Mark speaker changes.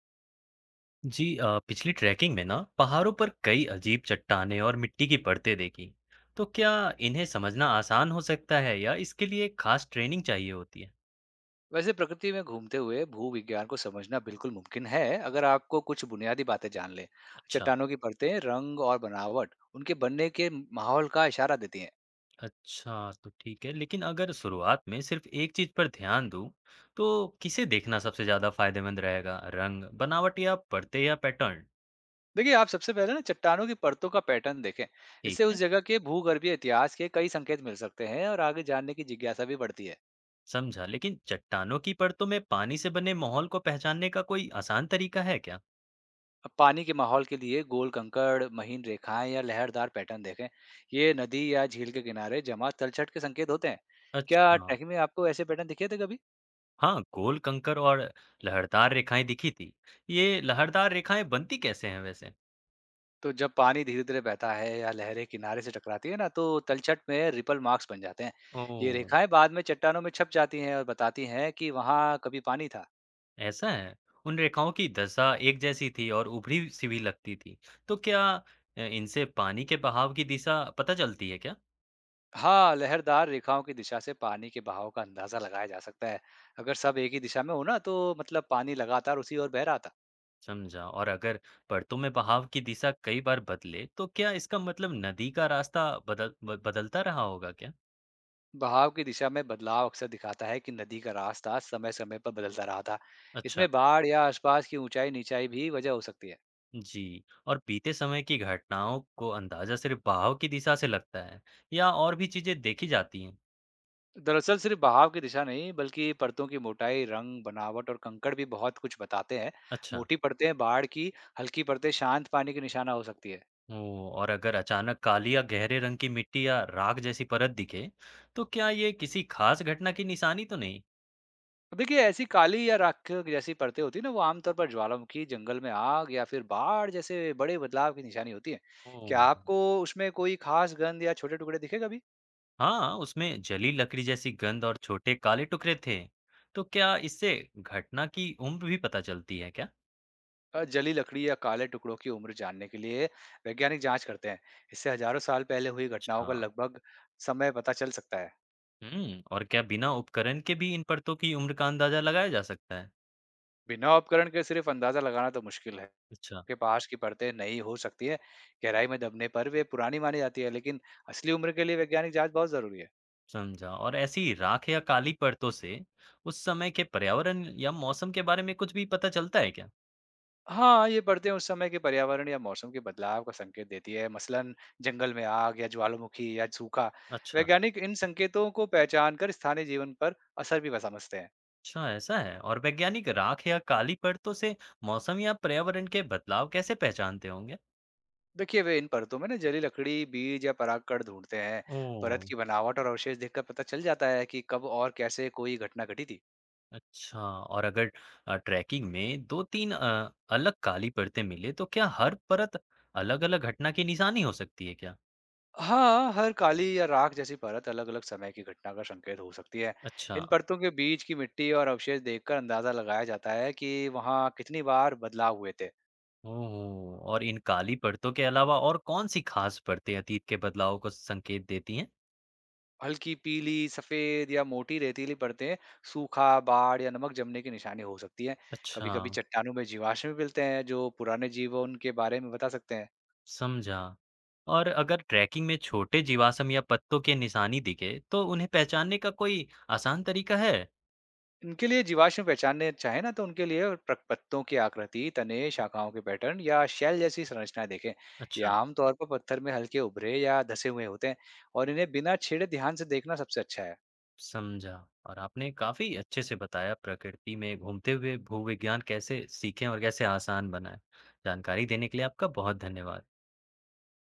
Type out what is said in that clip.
Speaker 1: जी पिछली ट्रैकिंग में ना पहाड़ों पर कई अजीब चट्टानें और मिट्टी की परतें देखी। तो क्या इन्हें समझना आसान हो सकता है या इसके लिए खास ट्रेनिंग चाहिए होती है।
Speaker 2: वैसे प्रकृति में घूमते हुए भूविज्ञान को समझना बिल्कुल मुमकिन है अगर आपको कुछ बुनियादी बातें जान लें।
Speaker 1: अच्छा।
Speaker 2: चट्टानों की परतें रंग और बनावट उनके बनने के माहौल का इशारा देती हैं।
Speaker 1: अच्छा, तो ठीक है, लेकिन अगर शुरुआत में सिर्फ एक चीज पर ध्यान दूं, तो किसे देखना सबसे ज्यादा फायदेमंद रहेगा, रंग बनावट या परतें या पैटर्न।
Speaker 2: देखिए आप सबसे पहले ना चट्टानों की परतों का पैटर्न देखें। इससे
Speaker 1: ठीक
Speaker 2: उस
Speaker 1: है।
Speaker 2: जगह के भूगर्भीय इतिहास के कई संकेत मिल सकते हैं और आगे जानने की जिज्ञासा भी बढ़ती है।
Speaker 1: समझा, लेकिन चट्टानों की परतों में पानी से बने माहौल को पहचानने का कोई आसान तरीका है क्या।
Speaker 2: अब पानी के माहौल के लिए गोल कंकड़ महीन रेखाएं या लहरदार पैटर्न देखें। ये नदी या झील के किनारे जमा तलछट के संकेत होते हैं। क्या
Speaker 1: अच्छा।
Speaker 2: ट्रैकिंग में आपको ऐसे पैटर्न दिखे थे कभी?
Speaker 1: हाँ, गोल कंकर और लहरदार रेखाएँ दिखी थी। ये लहरदार रेखाएँ बनती कैसे हैं वैसे?
Speaker 2: तो जब पानी धीरे-धीरे बहता है या लहरें किनारे से टकराती है ना, तो तलछट में रिपल मार्क्स बन जाते हैं। ये
Speaker 1: ओह!
Speaker 2: रेखाएं बाद में चट्टानों में छप जाती हैं और बताती हैं कि वहाँ कभी पानी था।
Speaker 1: ऐसा है? उन रेखाओं की दशा एक जैसी थी और उभरी-सी भी लगती थी। तो क्या इनसे पानी के बहाव की दिशा पता चलती है क्या?
Speaker 2: हाँ, लहरदार रेखाओं की दिशा से पानी के बहाव का अंदाजा लगाया जा सकता है। अगर सब एक ही दिशा में हो ना, तो मतलब पानी लगातार उसी ओर बह रहा था।
Speaker 1: समझा। और अगर परतों में बहाव की दिशा कई बार बदले, तो क्या इसका मतलब नदी का रास्ता बदलता रहा होगा क्या?
Speaker 2: बहाव की दिशा में बदलाव अक्सर दिखाता है कि नदी का रास्ता समय-समय पर बदलता रहा था।
Speaker 1: अच्छा।
Speaker 2: इसमें बाढ़ या आसपास की ऊंचाई-नीचाई भी वजह हो सकती है।
Speaker 1: जी, और बीते समय की घटनाओं को अंदाजा सिर्फ बहाव की दिशा से लगता है या और भी चीजें देखी जाती हैं?
Speaker 2: दरअसल सिर्फ बहाव की दिशा नहीं बल्कि परतों की मोटाई रंग बनावट और कंकड़ भी बहुत कुछ बताते हैं।
Speaker 1: अच्छा।
Speaker 2: मोटी परतें बाढ़ की, हल्की परतें शांत पानी की निशाना हो सकती है।
Speaker 1: ओ, और अगर अचानक काली या गहरे रंग की मिट्टी या राख जैसी परत दिखे, तो क्या ये किसी खास घटना की निशानी तो नहीं?
Speaker 2: देखिए ऐसी काली या राख जैसी परतें होती है ना, वो आमतौर पर ज्वालामुखी, जंगल में आग या फिर बाढ़ जैसे बड़े बदलाव की निशानी होती है।
Speaker 1: ओ।
Speaker 2: क्या आपको उसमें कोई खास गंध या छोटे टुकड़े दिखे कभी?
Speaker 1: हाँ, उसमें जली लकड़ी जैसी गंध और छोटे काले टुकड़े थे। तो क्या इससे घटना की उम्र भी पता चलती है क्या?
Speaker 2: जली लकड़ी या काले टुकड़ों की उम्र जानने के लिए वैज्ञानिक जांच करते हैं। इससे हजारों साल पहले हुई घटनाओं
Speaker 1: अच्छा।
Speaker 2: का लगभग समय पता चल सकता है।
Speaker 1: और क्या बिना उपकरण के भी इन परतों की उम्र का अंदाजा लगाया जा सकता है?
Speaker 2: बिना उपकरण के सिर्फ अंदाजा लगाना तो मुश्किल है
Speaker 1: अच्छा।
Speaker 2: कि पास की परतें नई हो सकती है। गहराई में दबने पर वे पुरानी मानी जाती है, लेकिन असली उम्र के लिए वैज्ञानिक जांच बहुत जरूरी है।
Speaker 1: समझा। और ऐसी राख या काली परतों से उस समय के पर्यावरण या मौसम के बारे में कुछ भी पता चलता है क्या?
Speaker 2: हाँ, ये परतें उस समय के पर्यावरण या मौसम के बदलाव का संकेत देती है, मसलन जंगल में आग या ज्वालामुखी या सूखा।
Speaker 1: अच्छा।
Speaker 2: वैज्ञानिक इन संकेतों को पहचान कर स्थानीय जीवन पर असर भी समझते हैं।
Speaker 1: अच्छा, ऐसा है। और वैज्ञानिक राख या काली परतों से मौसम या पर्यावरण के बदलाव कैसे पहचानते होंगे?
Speaker 2: देखिए वे इन परतों में ना जली लकड़ी, बीज या परागकण ढूंढते हैं।
Speaker 1: ओह।
Speaker 2: परत की बनावट और अवशेष देखकर पता चल जाता है कि कब और कैसे कोई घटना घटी थी।
Speaker 1: अच्छा। और अगर ट्रैकिंग में 2-3 अलग काली परतें मिले, तो क्या हर परत अलग-अलग घटना की निशानी हो सकती है क्या?
Speaker 2: हाँ, हर काली या राख जैसी परत अलग-अलग समय की घटना का संकेत हो सकती है।
Speaker 1: अच्छा।
Speaker 2: इन परतों के बीच की मिट्टी और अवशेष देखकर अंदाज़ा लगाया जाता है कि वहाँ कितनी बार बदलाव हुए थे।
Speaker 1: ओह, और इन काली परतों के अलावा और कौन सी खास परतें अतीत के बदलाव को संकेत देती हैं?
Speaker 2: हल्की पीली, सफ़ेद या मोटी रेतीली परतें सूखा, बाढ़ या नमक जमने की निशानी हो सकती हैं।
Speaker 1: अच्छा।
Speaker 2: कभी-कभी चट्टानों में जीवाश्म भी मिलते हैं, जो पुराने जीवन के बारे में बता सकते हैं।
Speaker 1: समझा। और अगर ट्रैकिंग में छोटे जीवाश्म या पत्तों के निशानी दिखे, तो उन्हें पहचानने का कोई आसान तरीका है?
Speaker 2: इनके लिए जीवाश्म पहचानने चाहे ना तो उनके लिए पत्तों की आकृति, तने, शाखाओं के पैटर्न या शेल जैसी संरचनाएं देखें। ये
Speaker 1: अच्छा।
Speaker 2: आमतौर पर पत्थर में हल्के उभरे या धसे हुए होते हैं और इन्हें बिना छेड़े ध्यान से देखना सबसे अच्छा है।
Speaker 1: समझा। और आपने काफ़ी अच्छे से बताया प्रकृति में घूमते हुए भूविज्ञान कैसे सीखें और कैसे आसान बनाएँ। जानकारी देने के लिए आपका बहुत धन्यवाद।